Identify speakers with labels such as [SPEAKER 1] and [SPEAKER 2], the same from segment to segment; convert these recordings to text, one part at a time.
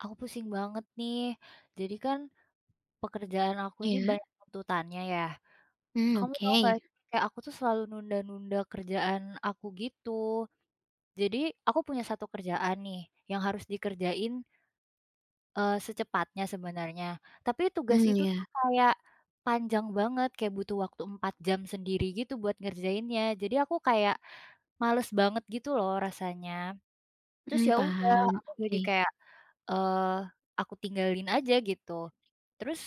[SPEAKER 1] Aku pusing banget nih. Jadi kan pekerjaan aku ini
[SPEAKER 2] Iya,
[SPEAKER 1] banyak tuntutannya ya.
[SPEAKER 2] hmm
[SPEAKER 1] Kamu
[SPEAKER 2] oke,
[SPEAKER 1] tau gak sih, kayak aku tuh selalu nunda-nunda kerjaan aku gitu. Jadi aku punya satu kerjaan nih yang harus dikerjain, secepatnya sebenarnya. Tapi tugas
[SPEAKER 2] hmm
[SPEAKER 1] itu
[SPEAKER 2] ya,
[SPEAKER 1] tuh kayak panjang banget, kayak butuh waktu 4 jam sendiri gitu buat ngerjainnya. Jadi aku kayak males banget gitu loh rasanya. Terus
[SPEAKER 2] hmm
[SPEAKER 1] ya udah,
[SPEAKER 2] paham,
[SPEAKER 1] aku jadi
[SPEAKER 2] oke,
[SPEAKER 1] kayak, eee, aku tinggalin aja gitu. Terus,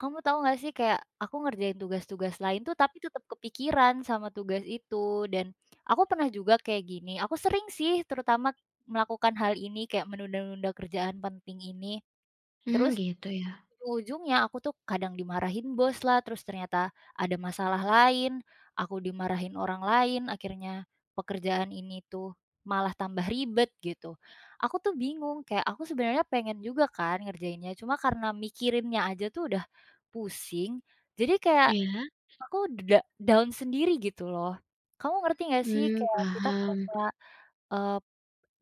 [SPEAKER 1] kamu tahu nggak sih kayak aku ngerjain tugas-tugas lain tuh tapi tetap kepikiran sama tugas itu dan aku pernah juga kayak gini, aku sering sih terutama melakukan hal ini kayak menunda-nunda kerjaan penting ini.
[SPEAKER 2] hmm
[SPEAKER 1] Terus
[SPEAKER 2] gitu ya?
[SPEAKER 1] ujung-ujungnya aku tuh kadang dimarahin bos lah, terus ternyata ada masalah lain, aku dimarahin orang lain, akhirnya pekerjaan ini tuh malah tambah ribet gitu. Aku tuh bingung, kayak aku sebenarnya pengen juga kan ngerjainnya, cuma karena mikirinnya aja tuh udah pusing, jadi kayak
[SPEAKER 2] Iya,
[SPEAKER 1] aku da down sendiri gitu loh. Kamu ngerti gak sih
[SPEAKER 2] hmm
[SPEAKER 1] kayak kita
[SPEAKER 2] paham.
[SPEAKER 1] merasa,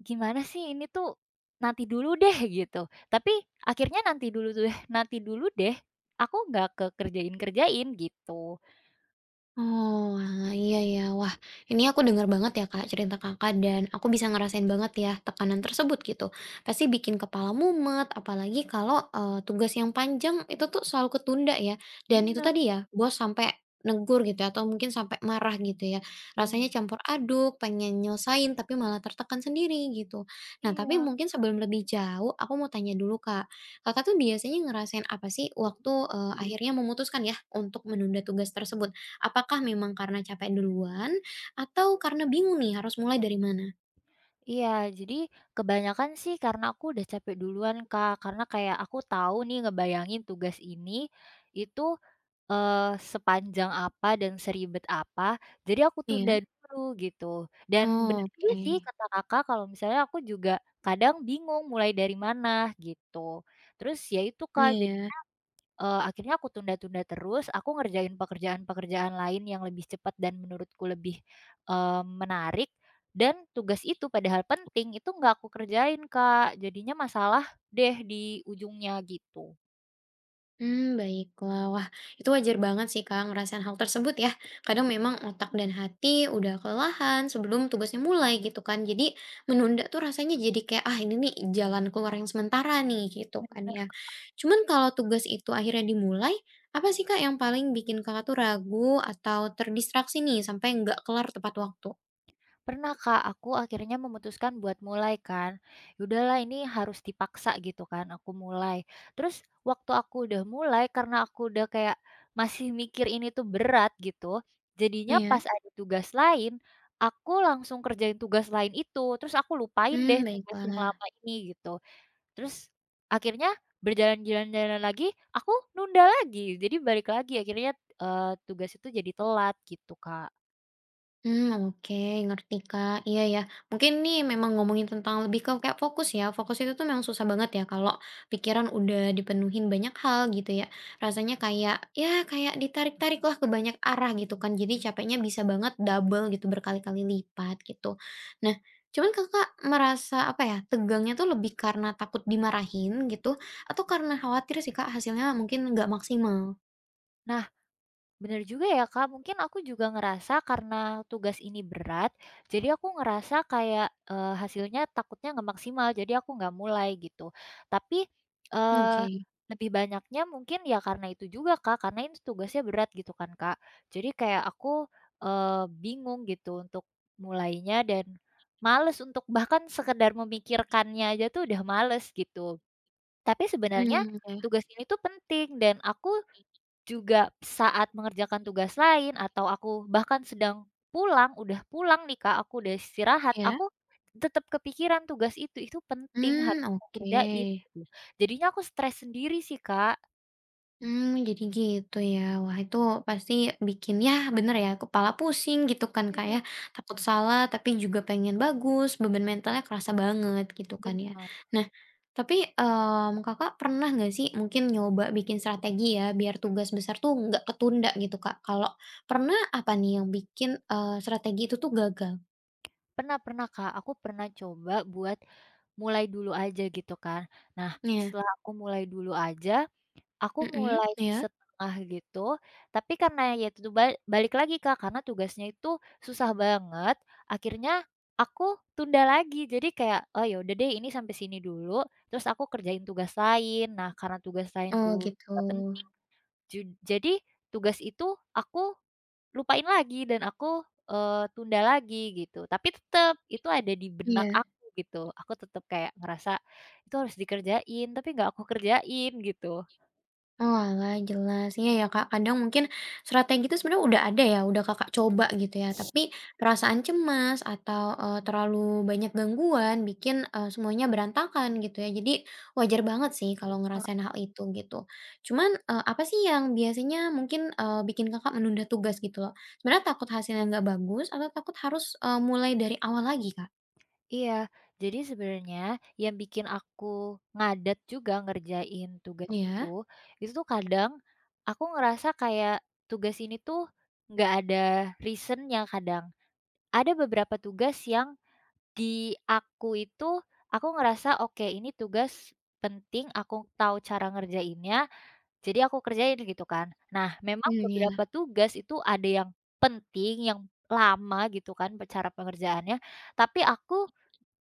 [SPEAKER 1] gimana sih ini tuh, nanti dulu deh gitu. Tapi akhirnya nanti dulu deh nanti dulu deh, aku nggak kekerjain kerjain-kerjain gitu.
[SPEAKER 2] Oh, alah, iya ya. Wah, ini aku dengar banget ya Kak, cerita Kakak dan aku bisa ngerasain banget ya tekanan tersebut gitu. Pasti bikin kepala mumet, apalagi kalau, tugas yang panjang itu tuh selalu ketunda ya, dan itu
[SPEAKER 1] Bener.
[SPEAKER 2] tadi ya, bos sampai negur gitu ya atau mungkin sampai marah gitu ya. Rasanya
[SPEAKER 1] Iya.
[SPEAKER 2] campur aduk, pengen nyelesain tapi malah tertekan sendiri gitu. Nah, tapi
[SPEAKER 1] Iya,
[SPEAKER 2] mungkin sebelum lebih jauh, aku mau tanya dulu Kak, Kakak tuh biasanya ngerasain apa sih waktu, akhirnya memutuskan ya untuk menunda tugas tersebut? Apakah memang karena capek duluan atau karena bingung nih harus mulai dari mana?
[SPEAKER 1] iya, jadi kebanyakan sih karena aku udah capek duluan Kak, karena kayak aku tahu nih ngebayangin tugas ini, itu sepanjang apa dan seribet apa, jadi aku tunda
[SPEAKER 2] Iya?
[SPEAKER 1] dulu gitu. Dan
[SPEAKER 2] Oh,
[SPEAKER 1] bener juga sih
[SPEAKER 2] oke.
[SPEAKER 1] kata Kakak kalau misalnya aku juga kadang bingung mulai dari mana gitu. Terus ya itu Kak,
[SPEAKER 2] Iya
[SPEAKER 1] jadi,
[SPEAKER 2] ya.
[SPEAKER 1] akhirnya aku tunda-tunda terus, aku ngerjain pekerjaan-pekerjaan lain yang lebih cepat dan menurutku lebih, eee, menarik, dan tugas itu padahal penting, itu nggak aku kerjain Kak, jadinya masalah deh di ujungnya gitu.
[SPEAKER 2] Mmm, baiklah. Wah, itu wajar banget sih, Kak, ngerasain hal tersebut ya. Kadang memang otak dan hati udah kelelahan sebelum tugasnya mulai gitu kan. Jadi menunda tuh rasanya jadi kayak, "Ah, ini nih jalan keluar yang sementara nih," gitu kan
[SPEAKER 1] Bener.
[SPEAKER 2] ya. Cuman kalau tugas itu akhirnya dimulai, apa sih, Kak, yang paling bikin Kakak tuh ragu atau terdistraksi nih sampai nggak kelar tepat waktu?
[SPEAKER 1] Pernah Kak, aku akhirnya memutuskan buat mulai kan. Yaudahlah ini harus dipaksa gitu kan aku mulai. Terus waktu aku udah mulai karena aku udah kayak masih mikir ini tuh berat gitu, jadinya
[SPEAKER 2] Iya?
[SPEAKER 1] pas ada tugas lain, aku langsung kerjain tugas lain itu, terus aku lupain
[SPEAKER 2] Hmm
[SPEAKER 1] deh tugas yang
[SPEAKER 2] baiklah.
[SPEAKER 1] lama ini gitu. Terus akhirnya berjalan-jalan-jalan lagi, aku nunda lagi. Jadi balik lagi akhirnya, tugas itu jadi telat gitu Kak.
[SPEAKER 2] Hmm oke, ngerti, Kak. Iya ya, mungkin nih memang ngomongin tentang lebih ke kayak fokus ya, fokus itu tuh memang susah banget ya kalau pikiran udah dipenuhin banyak hal gitu ya. Rasanya kayak, ya kayak ditarik-tarik lah ke banyak arah gitu kan, jadi capeknya bisa banget double gitu, berkali-kali lipat gitu. Nah, cuman Kakak merasa apa ya, tegangnya tuh lebih karena takut dimarahin gitu, atau karena khawatir sih, Kak, hasilnya mungkin nggak maksimal?
[SPEAKER 1] Nah, bener juga ya Kak, mungkin aku juga ngerasa karena tugas ini berat, jadi aku ngerasa kayak, hasilnya takutnya nggak maksimal, jadi aku nggak mulai gitu. Tapi, eee,
[SPEAKER 2] Oke.
[SPEAKER 1] lebih banyaknya mungkin ya karena itu juga Kak, karena ini tugasnya berat gitu kan Kak. Jadi kayak aku, bingung gitu untuk mulainya dan males untuk bahkan sekedar memikirkannya aja tuh udah males gitu. Tapi sebenarnya
[SPEAKER 2] Hmm ya.
[SPEAKER 1] tugas ini tuh penting dan aku juga saat mengerjakan tugas lain atau aku bahkan sedang pulang, udah pulang nih Kak, aku udah istirahat,
[SPEAKER 2] Iya?
[SPEAKER 1] aku tetap kepikiran tugas itu penting harus
[SPEAKER 2] Mmm,
[SPEAKER 1] aku
[SPEAKER 2] oke.
[SPEAKER 1] kerjain gitu. Jadinya aku stres sendiri sih Kak.
[SPEAKER 2] Mmm, jadi gitu ya. Wah, itu pasti bikin ya bener ya, kepala pusing gitu kan, Kak, ya.
[SPEAKER 1] Iya.
[SPEAKER 2] Takut salah tapi juga pengen bagus, beban mentalnya kerasa banget gitu kan ya.
[SPEAKER 1] Bener.
[SPEAKER 2] Nah, tapi, Kakak pernah nggak sih mungkin nyoba bikin strategi ya, biar tugas besar tuh
[SPEAKER 1] Mhm.
[SPEAKER 2] nggak ketunda gitu, Kak? Kalau pernah, apa nih yang bikin, strategi itu tuh gagal?
[SPEAKER 1] Pernah, pernah Kak, aku pernah coba buat mulai dulu aja gitu kan. Nah,
[SPEAKER 2] Iya.
[SPEAKER 1] setelah aku mulai dulu aja aku
[SPEAKER 2] Mhm,
[SPEAKER 1] mulai
[SPEAKER 2] iya.
[SPEAKER 1] setengah gitu, tapi karena ya itu tu balik lagi, Kak, karena tugasnya itu susah banget, akhirnya aku tunda lagi. Jadi kayak, "Oh, ya udah deh ini sampai sini dulu," terus aku kerjain tugas lain. Nah, karena tugas
[SPEAKER 2] Oh
[SPEAKER 1] lainku
[SPEAKER 2] gitu.
[SPEAKER 1] juga penting, jadi tugas itu aku lupain lagi dan aku, tunda lagi gitu. Tapi tetap itu ada di benak
[SPEAKER 2] Iya.
[SPEAKER 1] aku gitu, aku tetap kayak ngerasa itu harus dikerjain, tapi nggak aku kerjain gitu.
[SPEAKER 2] Oalah, jelas. Iya ya, Kak, kadang mungkin strategi itu sebenarnya udah ada ya, udah Kakak coba gitu ya, tapi perasaan cemas atau, terlalu banyak gangguan bikin, semuanya berantakan gitu ya. Jadi wajar banget sih kalau ngerasain hal itu gitu. Cuman, apa sih yang biasanya mungkin, bikin Kakak menunda tugas gitu loh? Sebenarnya takut hasilnya nggak bagus atau takut harus, mulai dari awal lagi, Kak?
[SPEAKER 1] Iya, jadi sebenarnya yang bikin aku ngadat juga ngerjain tugas
[SPEAKER 2] Iya.
[SPEAKER 1] itu tuh kadang aku ngerasa kayak tugas ini tuh nggak ada reasonnya kadang. Ada beberapa tugas yang di aku itu aku ngerasa oke ini tugas penting, aku tahu cara ngerjainnya, jadi aku kerjain gitu kan. Nah, memang
[SPEAKER 2] Hmm
[SPEAKER 1] beberapa
[SPEAKER 2] iya.
[SPEAKER 1] tugas itu ada yang penting, yang lama gitu kan cara pengerjaannya, tapi aku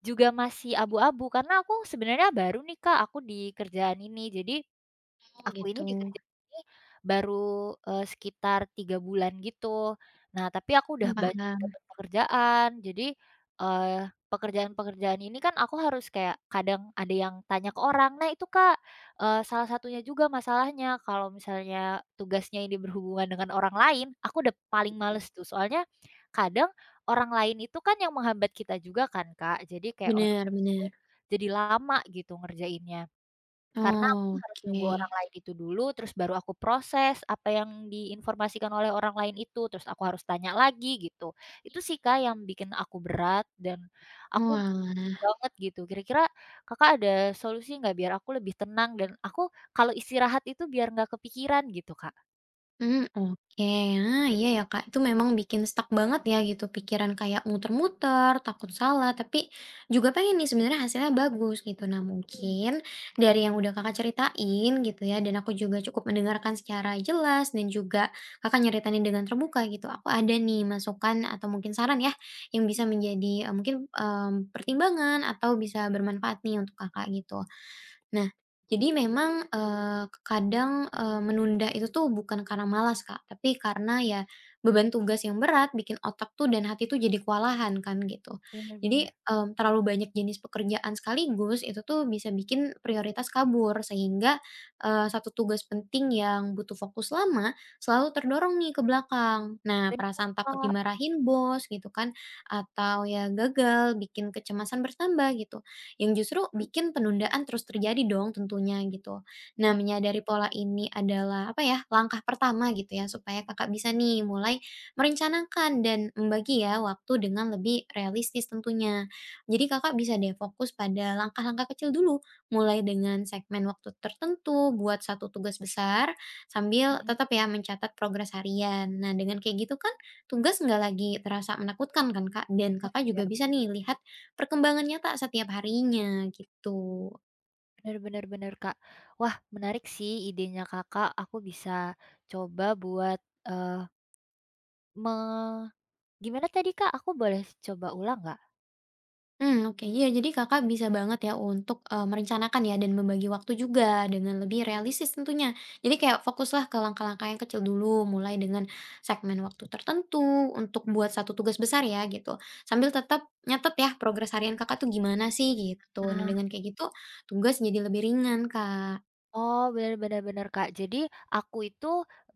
[SPEAKER 1] juga masih abu-abu, karena aku sebenarnya baru nih Kak, aku di kerjaan ini. Jadi,
[SPEAKER 2] Oh
[SPEAKER 1] aku ini
[SPEAKER 2] gitu.
[SPEAKER 1] di kerja ini baru, sekitar 3 bulan gitu. Nah, tapi aku udah
[SPEAKER 2] Mmm,
[SPEAKER 1] banyak
[SPEAKER 2] paham.
[SPEAKER 1] dapat pekerjaan. Jadi, eee, pekerjaan-pekerjaan ini kan aku harus kayak kadang ada yang tanya ke orang, "Nah itu Kak, salah satunya juga masalahnya kalau misalnya tugasnya ini berhubungan dengan orang lain," aku udah paling males tuh. Soalnya kadang orang lain itu kan yang menghambat kita juga kan, Kak. Jadi kayak orang
[SPEAKER 2] Bener
[SPEAKER 1] lain tuh
[SPEAKER 2] bener.
[SPEAKER 1] jadi lama gitu ngerjainnya. Karena aku harus nunggu orang
[SPEAKER 2] Oke.
[SPEAKER 1] lain itu dulu, terus baru aku proses apa yang diinformasikan oleh orang lain itu, terus aku harus tanya lagi gitu. Itu sih, Kak, yang bikin aku berat dan aku pusing
[SPEAKER 2] Oalah,
[SPEAKER 1] banget gitu. Kira-kira Kakak ada solusi nggak biar aku lebih tenang dan aku kalau istirahat itu biar nggak kepikiran gitu, Kak?
[SPEAKER 2] hmm, oke. Ah, iya ya, Kak, itu memang bikin stuck banget ya gitu, pikiran kayak muter-muter, takut salah, tapi juga pengen nih sebenarnya hasilnya bagus gitu. Nah,
[SPEAKER 1] Mmm.
[SPEAKER 2] mungkin dari yang udah Kakak ceritain gitu ya, dan aku juga cukup mendengarkan secara jelas dan juga Kakak nyeritain dengan terbuka gitu, aku ada nih masukan atau mungkin saran ya, yang
[SPEAKER 1] Mhm.
[SPEAKER 2] bisa menjadi, mungkin, pertimbangan atau bisa bermanfaat nih untuk Kakak gitu. Nah, jadi memang, kadang, menunda itu tuh bukan karena malas, Kak, tapi karena ya beban tugas yang berat bikin otak tuh dan hati tuh jadi kewalahan kan gitu.
[SPEAKER 1] Bener,
[SPEAKER 2] Jadi,
[SPEAKER 1] bener.
[SPEAKER 2] terlalu banyak jenis pekerjaan sekaligus itu tuh bisa bikin prioritas kabur sehingga, satu tugas penting yang butuh fokus lama selalu terdorong nih ke belakang. Nah,
[SPEAKER 1] Bener,
[SPEAKER 2] perasaan takut
[SPEAKER 1] Kak.
[SPEAKER 2] dimarahin bos gitu kan atau ya gagal bikin kecemasan bertambah gitu yang justru bikin penundaan terus terjadi dong tentunya gitu. Nah,
[SPEAKER 1] Mhm.
[SPEAKER 2] menyadari pola ini adalah apa ya, langkah pertama gitu ya supaya Kakak bisa nih mulai merencanakan dan membagi ya waktu dengan lebih realistis tentunya. Jadi Kakak bisa deh fokus pada langkah-langkah kecil dulu, mulai dengan segmen waktu tertentu buat satu tugas besar sambil
[SPEAKER 1] Mhm.
[SPEAKER 2] tetap ya mencatat progres harian. Nah, dengan kayak gitu kan tugas nggak lagi terasa menakutkan kan Kak dan
[SPEAKER 1] Oh,
[SPEAKER 2] Kakak
[SPEAKER 1] iya,
[SPEAKER 2] juga bisa nih lihat perkembangan nyata setiap harinya gitu.
[SPEAKER 1] bener, bener, bener, Kak. Wah, menarik sih idenya Kakak, aku bisa coba buat, eee Me gimana tadi, Kak? Aku boleh coba ulang nggak?
[SPEAKER 2] Hmm oke. Iya, jadi Kakak bisa banget ya untuk, merencanakan ya dan membagi waktu juga dengan lebih realistis tentunya. Jadi kayak fokuslah ke langkah-langkah yang kecil dulu, mulai dengan segmen waktu tertentu untuk buat satu tugas besar ya gitu, sambil tetap nyatet ya progres harian Kakak tuh gimana sih gitu. Nah
[SPEAKER 1] Ah.
[SPEAKER 2] dengan kayak gitu tugas jadi lebih ringan, Kak.
[SPEAKER 1] Oh, bener, bener, bener, Kak. Jadi aku itu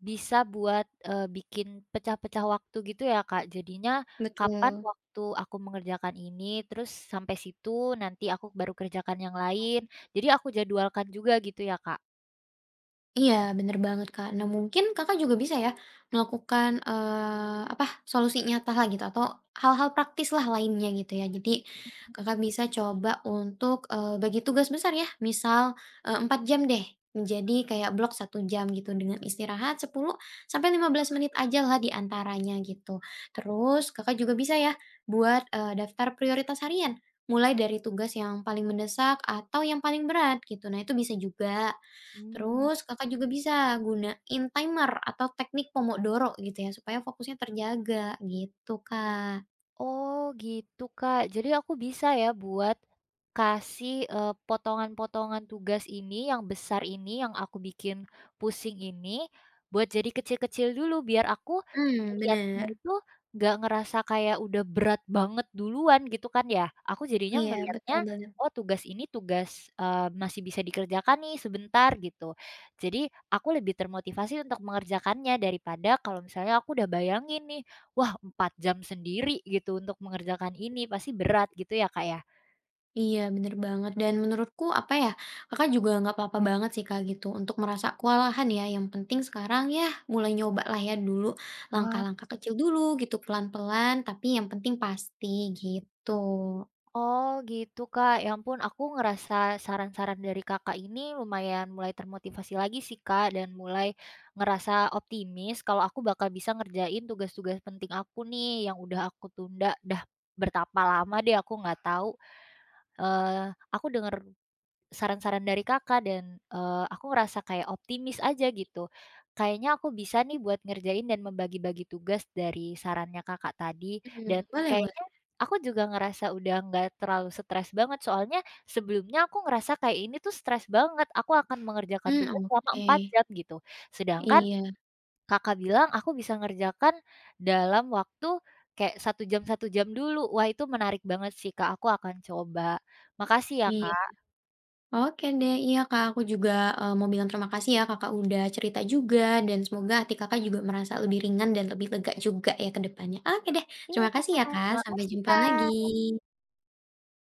[SPEAKER 1] bisa buat, bikin pecah-pecah waktu gitu ya, Kak. Jadinya kapan
[SPEAKER 2] Betul.
[SPEAKER 1] waktu aku mengerjakan ini, terus sampai situ, nanti aku baru kerjakan yang lain. Jadi aku jadwalkan juga gitu ya, Kak?
[SPEAKER 2] Iya, bener banget, Kak. Nah, mungkin Kakak juga bisa ya melakukan, apa, solusi nyatalah gitu atau hal-hal praktis lah lainnya gitu ya.
[SPEAKER 1] Mhm.
[SPEAKER 2] Jadi Kakak bisa coba untuk, bagi tugas besar ya, misal, 4 jam deh, menjadi kayak blok 1 jam gitu dengan istirahat 10 sampai 15 menit ajalah di antaranya gitu. Terus Kakak juga bisa ya buat, daftar prioritas harian, mulai dari tugas yang paling mendesak atau yang paling berat gitu. Nah, itu bisa juga.
[SPEAKER 1] Mmm.
[SPEAKER 2] Terus Kakak juga bisa gunain timer atau teknik Pomodoro gitu ya, supaya fokusnya terjaga gitu, Kak.
[SPEAKER 1] Oh gitu, Kak. Jadi aku bisa ya buat kasih, potongan-potongan tugas ini yang besar ini, yang aku bikin pusing ini, buat jadi kecil-kecil dulu biar aku
[SPEAKER 2] Hmm
[SPEAKER 1] ngeliatnya
[SPEAKER 2] bener.
[SPEAKER 1] itu nggak ngerasa kayak udah berat banget duluan gitu kan ya. Aku jadinya
[SPEAKER 2] Iya,
[SPEAKER 1] ngelihatnya,
[SPEAKER 2] betul banget.
[SPEAKER 1] "Oh tugas ini tugas, masih bisa dikerjakan nih sebentar," gitu. Jadi aku lebih termotivasi untuk mengerjakannya daripada kalau misalnya aku udah bayangin nih, wah 4 jam sendiri gitu untuk mengerjakan ini, pasti berat gitu ya, Kak, ya?
[SPEAKER 2] Iya, bener banget dan menurutku apa ya, Kakak juga nggak apa-apa banget sih, Kak, gitu untuk merasa kewalahan ya, yang penting sekarang ya mulai nyobalah ya dulu,
[SPEAKER 1] Wah.
[SPEAKER 2] langkah-langkah kecil dulu gitu, pelan-pelan tapi yang penting pasti gitu.
[SPEAKER 1] Oh gitu, Kak, ya ampun aku ngerasa saran-saran dari Kakak ini lumayan mulai termotivasi lagi sih, Kak, dan mulai ngerasa optimis kalau aku bakal bisa ngerjain tugas-tugas penting aku nih yang udah aku tunda, dah bertapa lama deh aku nggak tahu. Eh aku denger saran-saran dari Kakak dan, aku ngerasa kayak optimis aja gitu. Kayaknya aku bisa nih buat ngerjain dan membagi-bagi tugas dari sarannya Kakak tadi
[SPEAKER 2] Hmm
[SPEAKER 1] dan
[SPEAKER 2] boleh boleh.
[SPEAKER 1] kayaknya aku juga ngerasa udah nggak terlalu stres banget soalnya sebelumnya aku ngerasa kayak ini tuh stres banget, aku akan mengerjakan
[SPEAKER 2] Hmm
[SPEAKER 1] tugas selama
[SPEAKER 2] oke.
[SPEAKER 1] 4 jam gitu. Sedangkan
[SPEAKER 2] Iya
[SPEAKER 1] Kakak bilang aku bisa ngerjakan dalam waktu kayak 1 jam 1 jam dulu. Wah itu menarik banget sih Kak, aku akan coba. Makasih ya
[SPEAKER 2] iya.
[SPEAKER 1] Kak.
[SPEAKER 2] Oke deh, iya Kak, aku juga, mau bilang terima kasih ya Kakak udah cerita juga dan semoga hati Kakak juga merasa lebih ringan dan lebih lega juga ya ke depannya. Oke deh,
[SPEAKER 1] Iya,
[SPEAKER 2] terima
[SPEAKER 1] Kak.
[SPEAKER 2] kasih ya Kak,
[SPEAKER 1] Wah.
[SPEAKER 2] sampai
[SPEAKER 1] Makasih,
[SPEAKER 2] jumpa
[SPEAKER 1] Kak.
[SPEAKER 2] lagi.